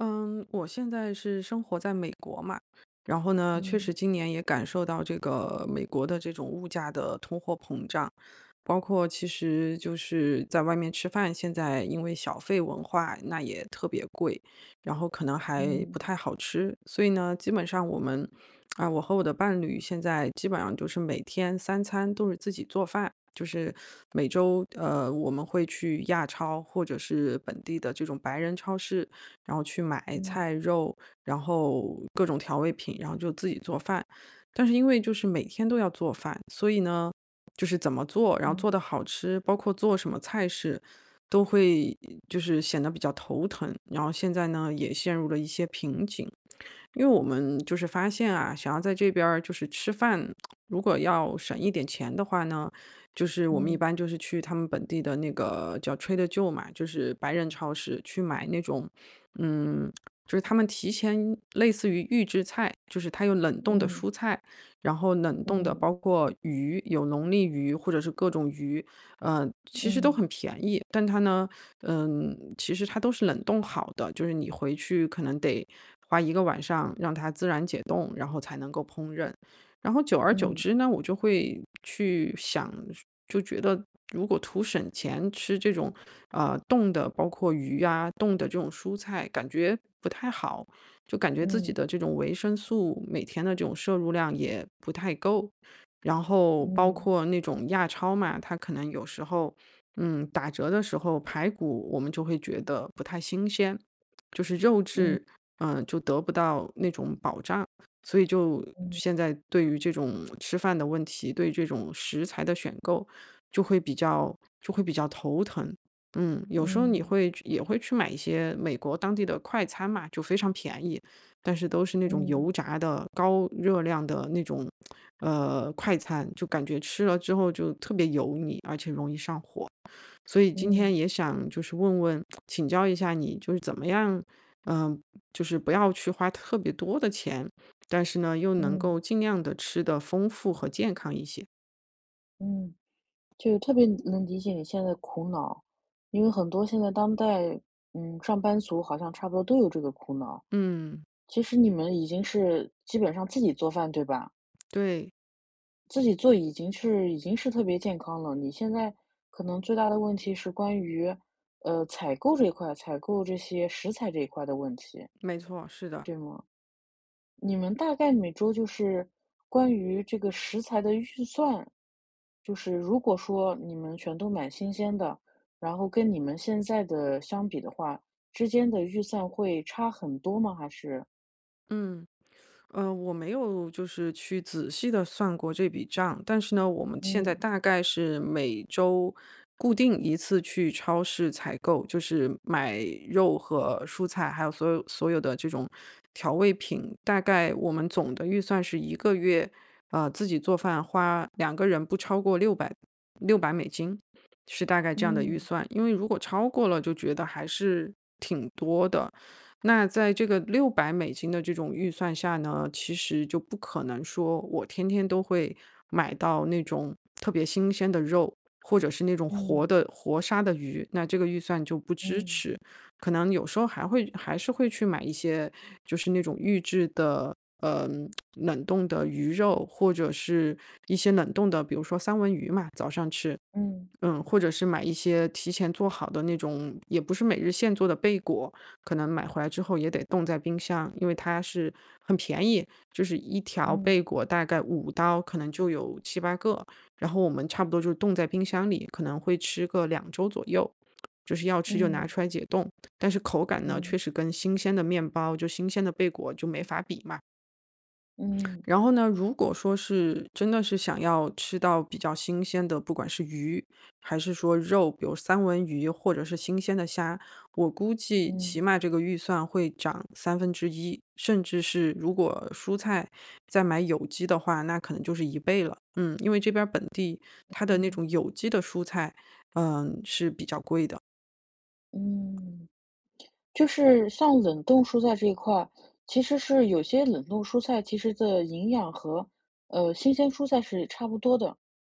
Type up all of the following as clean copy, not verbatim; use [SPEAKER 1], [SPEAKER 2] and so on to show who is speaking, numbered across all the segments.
[SPEAKER 1] 嗯，我现在是生活在美国嘛，然后呢，确实
[SPEAKER 2] 嗯
[SPEAKER 1] 今年也感受到这个美国的这种物价的通货膨胀，包括其实就是在外面吃饭，现在因为小费文化，那也特别贵，然后可能还不
[SPEAKER 2] 嗯
[SPEAKER 1] 太好吃，所以呢，基本上我们啊，我和我的伴侣现在基本上就是每天三餐都是自己做饭。就是每周，我们会去亚超或者是本地的这种白人超市，然后去买
[SPEAKER 2] 嗯
[SPEAKER 1] 菜、肉，然后各种调味品，然后就自己做饭。但是因为就是每天都要做饭，所以呢，就是怎么做，然后做
[SPEAKER 2] 嗯
[SPEAKER 1] 的好吃，包括做什么菜式，都会就是显得比较头疼。然后现在呢，也陷入了一些瓶颈。因为我们就是发现啊，想要在这边儿就是吃饭，如果要省一点钱的话呢，就是我们一
[SPEAKER 2] 嗯
[SPEAKER 1] 般就是去他们本地的那个叫 Trader Joe 嘛，就是白人超市去买那种，嗯，就是他们提前类似于预制菜，就是它有冷冻的
[SPEAKER 2] 嗯
[SPEAKER 1] 蔬菜，然后冷冻的
[SPEAKER 2] 嗯
[SPEAKER 1] 包括鱼，有龙利鱼或者是各种鱼，其实都
[SPEAKER 2] 嗯
[SPEAKER 1] 很便宜，但它呢，嗯，其实它都是冷冻好的，就是你回去可能得花一个晚上让它自然解冻，然后才能够烹饪。然后久而
[SPEAKER 2] 嗯
[SPEAKER 1] 久
[SPEAKER 2] 嗯
[SPEAKER 1] 之呢，我就会去想，就觉得如果图省钱吃这种冻的，包括鱼啊冻的这种蔬菜，感觉不太好，就感觉自己
[SPEAKER 2] 嗯
[SPEAKER 1] 的这种维生素每天的这种摄入量也不太够。然后包
[SPEAKER 2] 嗯
[SPEAKER 1] 括那种亚超嘛，它可能有时候，嗯，打折的时候排骨我们就会觉得不太新鲜，就是肉质，
[SPEAKER 2] 嗯
[SPEAKER 1] 嗯，就得不到那种保障。所以就
[SPEAKER 2] 嗯
[SPEAKER 1] 现在对于这种吃饭的问题，对这种食材的选购，就会比较就会比较头疼。嗯，有时候你会也会去买一些美国当地的快餐嘛，就非常便宜。但是都是那种
[SPEAKER 2] 嗯
[SPEAKER 1] 油炸的、高热量的那种，快餐，就感觉吃了之后就特别油腻，而且容易上火。所以今天
[SPEAKER 2] 嗯
[SPEAKER 1] 也想就是问问请教一下你，就是怎么样，嗯、就是不要去花特别多的钱，但是呢，又能
[SPEAKER 2] 嗯
[SPEAKER 1] 够尽量的吃的丰富和健康一些。
[SPEAKER 2] 嗯，就特别能理解你现在的苦恼，因为很多现在当代，嗯，上班族好像差不多都有这个苦恼。
[SPEAKER 1] 嗯，
[SPEAKER 2] 其实你们已经是基本上自己做饭，对吧？
[SPEAKER 1] 对，
[SPEAKER 2] 自己做已经是特别健康了。你现在可能最大的问题是关于，采购这一块，采购这些食材这一块的问题，
[SPEAKER 1] 没错，是的，
[SPEAKER 2] 对吗？你们大概每周就是关于这个食材的预算，就是如果说你们全都买新鲜的，然后跟你们现在的相比的话，之间的预算会差很多吗？还是
[SPEAKER 1] 嗯。我没有就是去仔细的算过这笔账，但是呢，我们现在
[SPEAKER 2] 嗯
[SPEAKER 1] 大概是每周固定一次去超市采购，就是买肉和蔬菜，还有所有所有的这种调味品。大概我们总的预算是一个月，自己做饭花两个人不超过六百美金，是大概这样的预
[SPEAKER 2] 嗯
[SPEAKER 1] 算。因为如果超过了就觉得还是挺多的，那在这个六百美金的这种预算下呢，其实就不可能说我天天都会买到那种特别新鲜的肉，或者是那种活
[SPEAKER 2] 嗯
[SPEAKER 1] 的活杀的鱼，那这个预算就不支
[SPEAKER 2] 嗯
[SPEAKER 1] 持。可能有时候还是会去买一些就是那种嗯冷冻的鱼肉，或者是一些冷冻的，比如说三文鱼嘛，早上吃。
[SPEAKER 2] 嗯
[SPEAKER 1] 嗯，或者是买一些提前做好的那种，也不是每日现做的贝果，可能买回来之后也得冻在冰箱，因为它是很便宜，就是一条贝
[SPEAKER 2] 嗯
[SPEAKER 1] 果大概$5，可能就有七八个，然后我们差不多就冻在冰箱里，可能会吃个2周左右，就是要吃就
[SPEAKER 2] 嗯
[SPEAKER 1] 拿
[SPEAKER 2] 嗯
[SPEAKER 1] 出来解冻。但是口感呢，确
[SPEAKER 2] 嗯
[SPEAKER 1] 实跟新鲜的面包，就新鲜的贝果就没法比嘛。
[SPEAKER 2] 嗯嗯。
[SPEAKER 1] 然后呢，如果说是真的是想要吃到比较新鲜的，不管是鱼还是说肉，比如三文鱼或者是新鲜的虾，我估计起
[SPEAKER 2] 嗯，
[SPEAKER 1] 码这个预算会涨1/3，甚至是如果蔬菜再买有机的话，那可能就是一倍了。嗯，因为这边儿本地它的那
[SPEAKER 2] 嗯，
[SPEAKER 1] 种有机的蔬菜，嗯，是比较贵的。
[SPEAKER 2] 嗯，就是像冷冻蔬菜这一块儿，其实是有些冷冻蔬菜其实的营养和新鲜蔬菜是差不多的，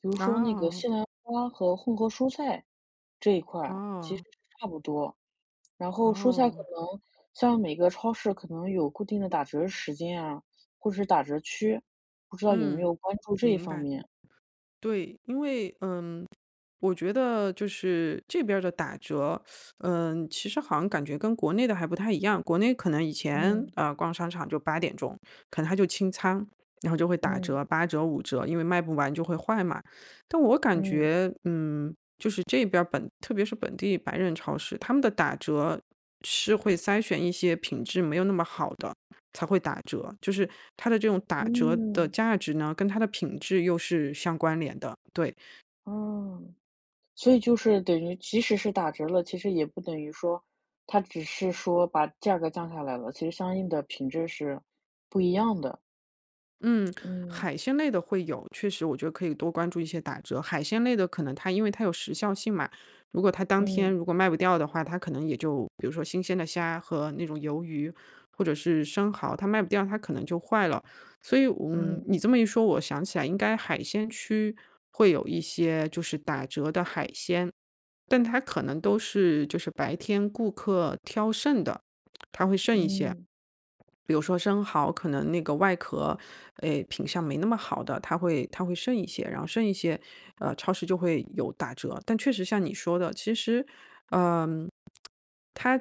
[SPEAKER 2] 比如说那个
[SPEAKER 1] 哦，
[SPEAKER 2] 西兰花和混合蔬菜这一块儿其实
[SPEAKER 1] 哦，
[SPEAKER 2] 是差不多。然后蔬菜可
[SPEAKER 1] 哦，
[SPEAKER 2] 能像每个超市可能有固定的打折时间啊，或者是打折区，不知道有没
[SPEAKER 1] 嗯，
[SPEAKER 2] 有关注这一
[SPEAKER 1] 明
[SPEAKER 2] 方
[SPEAKER 1] 白。
[SPEAKER 2] 面？
[SPEAKER 1] 对，因为，我觉得就是这边儿的打折，嗯，其实好像感觉跟国内的还不太一样。国内可能以前
[SPEAKER 2] 嗯
[SPEAKER 1] 逛商场就8点钟，可能它就清仓，然后就会打
[SPEAKER 2] 嗯
[SPEAKER 1] 折，八折、五折，因为卖不完就会坏嘛。但我感
[SPEAKER 2] 嗯
[SPEAKER 1] 觉，嗯，就是这边儿本特别是本地白人超市，他们的打折是会筛选一些品质没有那么好的才会打折，就是它的这种打折的
[SPEAKER 2] 嗯
[SPEAKER 1] 价值呢，跟它的品质又是相关联的，对。
[SPEAKER 2] 嗯。所以就是等于即使是打折了，其实也不等于说，它只是说把价格降下来了，其实相应的品质是不一样的。
[SPEAKER 1] 嗯，
[SPEAKER 2] 嗯，
[SPEAKER 1] 海鲜类的会有，确实我觉得可以多关注一些打折。海鲜类的可能它因为它有时效性嘛，如果它当天
[SPEAKER 2] 嗯，
[SPEAKER 1] 如果卖不掉的话，它可能也就比如说新鲜的虾和那种鱿鱼或者是生蚝，它卖不掉，它可能就坏了。所以，嗯，
[SPEAKER 2] 嗯，
[SPEAKER 1] 你这么一说，我想起来应该海鲜区会有一些就是打折的海鲜，但它可能都是就是白天顾客挑剩的，它会剩一些。
[SPEAKER 2] 嗯，
[SPEAKER 1] 比如说生蚝，可能那个外壳，诶，品相没那么好的，它会剩一些，然后剩一些，超市就会有打折。但确实像你说的，其实它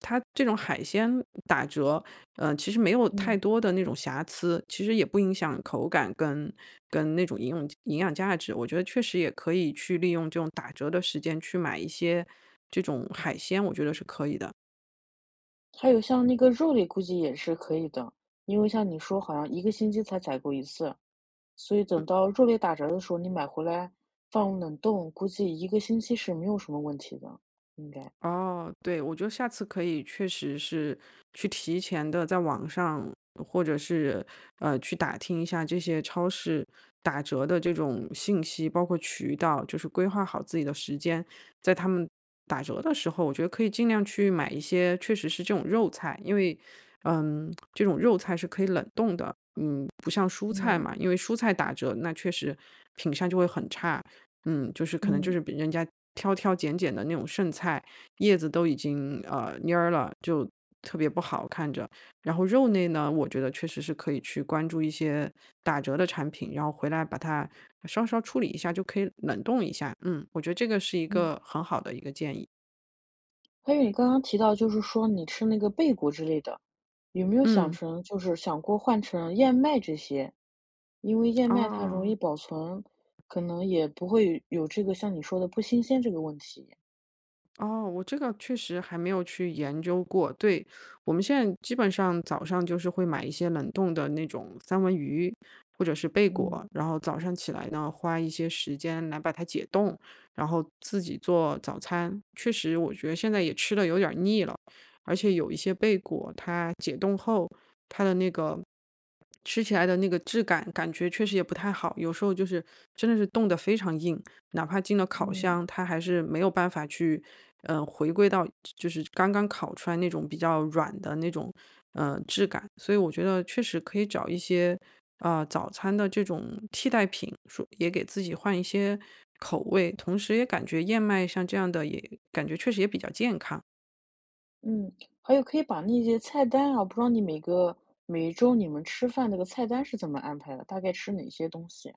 [SPEAKER 1] 它这种海鲜打折，其实没有太
[SPEAKER 2] 嗯。
[SPEAKER 1] 多的那种瑕疵，其实也不影响口感跟那种营养价值。我觉得确实也可以去利用这种打折的时间去买一些这种海鲜，我觉得是可以的。
[SPEAKER 2] 还有像那个肉类估计也是可以的，因为像你说好像一个星期才采购一次，所以等到肉类打折的时候，你买回来放冷冻，估计一个星期是没有什么问题的，应该。
[SPEAKER 1] 哦，对，我觉得下次可以确实是去提前的在网上，或者是，去打听一下这些超市打折的这种信息，包括渠道，就是规划好自己的时间。在他们打折的时候，我觉得可以尽量去买一些确实是这种肉菜，因为，嗯，这种肉菜是可以冷冻的，嗯，不像蔬菜
[SPEAKER 2] 嗯，
[SPEAKER 1] 嘛，因为蔬菜打折，那确实品相就会很差。嗯，就是可能就
[SPEAKER 2] 嗯，
[SPEAKER 1] 是比人家挑挑拣拣的那种剩菜，叶子都已经，蔫儿了，就特别不好看着。然后肉类呢，我觉得确实是可以去关注一些打折的产品，然后回来把它稍稍处理一下就可以冷冻一下。嗯，我觉得这个是一
[SPEAKER 2] 嗯。
[SPEAKER 1] 个很好的一个建议。
[SPEAKER 2] 还有你刚刚提到就是说你吃那个贝果之类的，有没有想
[SPEAKER 1] 嗯，
[SPEAKER 2] 成就是想过换成燕麦这些？因为燕麦它容
[SPEAKER 1] 哦。
[SPEAKER 2] 易保存，可能也不会有这个像你说的不新鲜这个问题。
[SPEAKER 1] 哦，我这个确实还没有去研究过。对，我们现在基本上早上就是会买一些冷冻的那种三文鱼或者是贝果，
[SPEAKER 2] 嗯
[SPEAKER 1] 然后早上起来呢，花一些时间来把它解冻，然后自己做早餐。确实，我觉得现在也吃的有点儿腻了，而且有一些贝果它解冻后，它的那个吃起来的那个质感，感觉确实也不太好，有时候就是真的是冻得非常硬。哪怕进了烤
[SPEAKER 2] 嗯
[SPEAKER 1] 箱，它还是没有办法去，回归到就是刚刚烤出来那种比较软的那种，质感。所以我觉得确实可以找一些，早餐的这种替代品，说也给自己换一些口味，同时也感觉燕麦像这样的也感觉确实也比较健康。
[SPEAKER 2] 嗯，还有可以把那些菜单啊，不知道你每一周你们吃饭那个菜单是怎么安排的，大概吃哪些东西？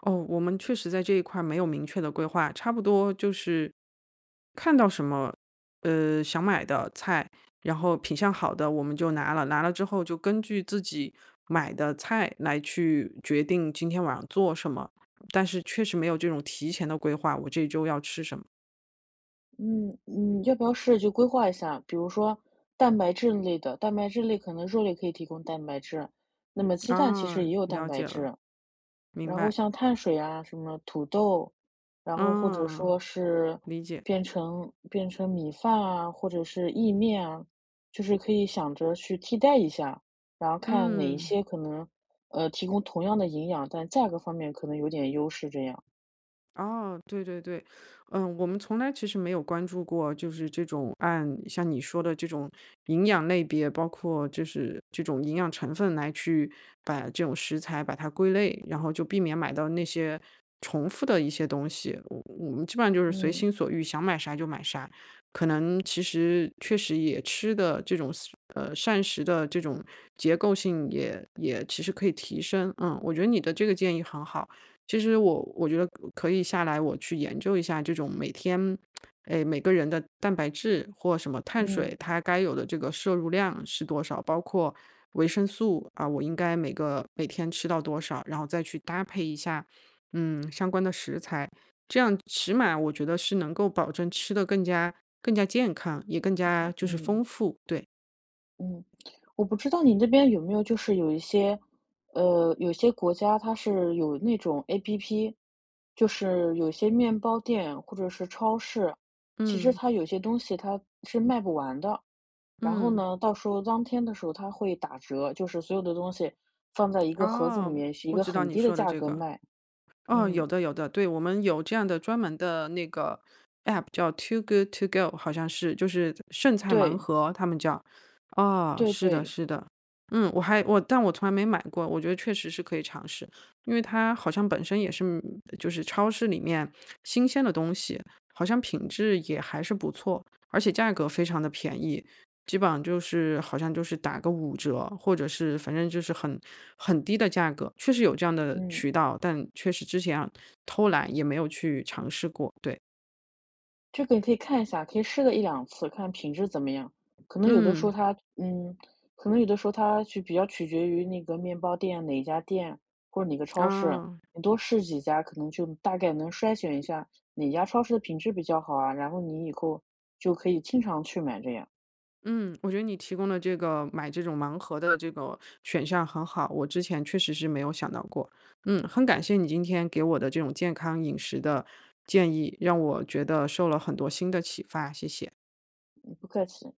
[SPEAKER 1] 哦，我们确实在这一块儿没有明确的规划，差不多就是看到什么，想买的菜，然后品相好的我们就拿了，拿了之后就根据自己买的菜来去决定今天晚上做什么，但是确实没有这种提前的规划，我这一周要吃什么。
[SPEAKER 2] 嗯嗯，要不要试着去规划一下？比如说蛋白质类的，蛋白质类可能肉类可以提供蛋白质，那么鸡蛋其
[SPEAKER 1] 啊，
[SPEAKER 2] 实也有蛋
[SPEAKER 1] 了
[SPEAKER 2] 白
[SPEAKER 1] 解了，
[SPEAKER 2] 质。
[SPEAKER 1] 明
[SPEAKER 2] 然后
[SPEAKER 1] 白，
[SPEAKER 2] 像碳水啊，什么土豆，然后或者
[SPEAKER 1] 嗯，
[SPEAKER 2] 说是
[SPEAKER 1] 理解，
[SPEAKER 2] 变成米饭啊，或者是意面啊，就是可以想着去替代一下，然后看哪一
[SPEAKER 1] 嗯。
[SPEAKER 2] 些可能提供同样的营养，但价格方面可能有点优势这样。
[SPEAKER 1] 哦，对对对，嗯，我们从来其实没有关注过，就是这种按像你说的这种营养类别，包括就是这种营养成分来去把这种食材把它归类，然后就避免买到那些重复的一些东西。我们基本上就是随
[SPEAKER 2] 嗯
[SPEAKER 1] 心所欲，想买啥就买啥。可能其实确实也吃的这种膳食的这种结构性也其实可以提升。嗯，我觉得你的这个建议很好。其实我觉得可以下来，我去研究一下这种每天，哎，每个人的蛋白质或什么碳水，
[SPEAKER 2] 嗯，
[SPEAKER 1] 它该有的这个摄入量是多少，包括维生素啊，我应该每天吃到多少，然后再去搭配一下，嗯，相关的食材，这样起码我觉得是能够保证吃的更加健康，也更
[SPEAKER 2] 你
[SPEAKER 1] 加
[SPEAKER 2] 看，
[SPEAKER 1] 就是
[SPEAKER 2] 嗯。
[SPEAKER 1] 丰富，对，
[SPEAKER 2] 嗯，我不知道你那边有没有就是有一些，有些国家它是有那种 APP，就是有些面包店或者是超市，其实
[SPEAKER 1] 嗯
[SPEAKER 2] 它有些东西它是卖不完的，然后
[SPEAKER 1] 嗯，
[SPEAKER 2] 呢，到时候当天的时候它会打折，就是所有的东西放在一个盒子里
[SPEAKER 1] 哦，
[SPEAKER 2] 面，是一
[SPEAKER 1] 我
[SPEAKER 2] 个
[SPEAKER 1] 知道
[SPEAKER 2] 很
[SPEAKER 1] 你
[SPEAKER 2] 低的
[SPEAKER 1] 说的
[SPEAKER 2] 价
[SPEAKER 1] 这
[SPEAKER 2] 格
[SPEAKER 1] 个。
[SPEAKER 2] 卖。
[SPEAKER 1] 哦，
[SPEAKER 2] 嗯，
[SPEAKER 1] 有的有的，对，我们有这样的专门的那个 app 叫 Too Good To Go,好像是，就是剩菜盲
[SPEAKER 2] 对，
[SPEAKER 1] 盒，他们叫。哦，
[SPEAKER 2] 对
[SPEAKER 1] 是的
[SPEAKER 2] 对，
[SPEAKER 1] 是的。嗯，我还我但我从来没买过，我觉得确实是可以尝试。因为它好像本身也是就是超市里面新鲜的东西，好像品质也还是不错，而且价格非常的便宜。基本上就是好像就是打个五折，或者是反正就是很很低的价格，确实有这样的
[SPEAKER 2] 嗯。
[SPEAKER 1] 渠道，但确实之前偷懒也没有去尝试过。对，
[SPEAKER 2] 这个你可以看一下，可以试个一两次，看品质怎么样。可能有的时候
[SPEAKER 1] 嗯，
[SPEAKER 2] 它嗯，可能有的时候它就比较取决于那个面包店哪一家店，或者哪个超市，
[SPEAKER 1] 啊，
[SPEAKER 2] 你多试几家，可能就大概能筛选一下哪家超市的品质比较好啊，然后你以后就可以经常去买这样，
[SPEAKER 1] 嗯，我觉得你提供的这个买这种盲盒的这个选项很好，我之前确实是没有想到过。嗯，很感谢你今天给我的这种健康饮食的建议，让我觉得受了很多新的启发，谢谢。
[SPEAKER 2] 嗯，不客气。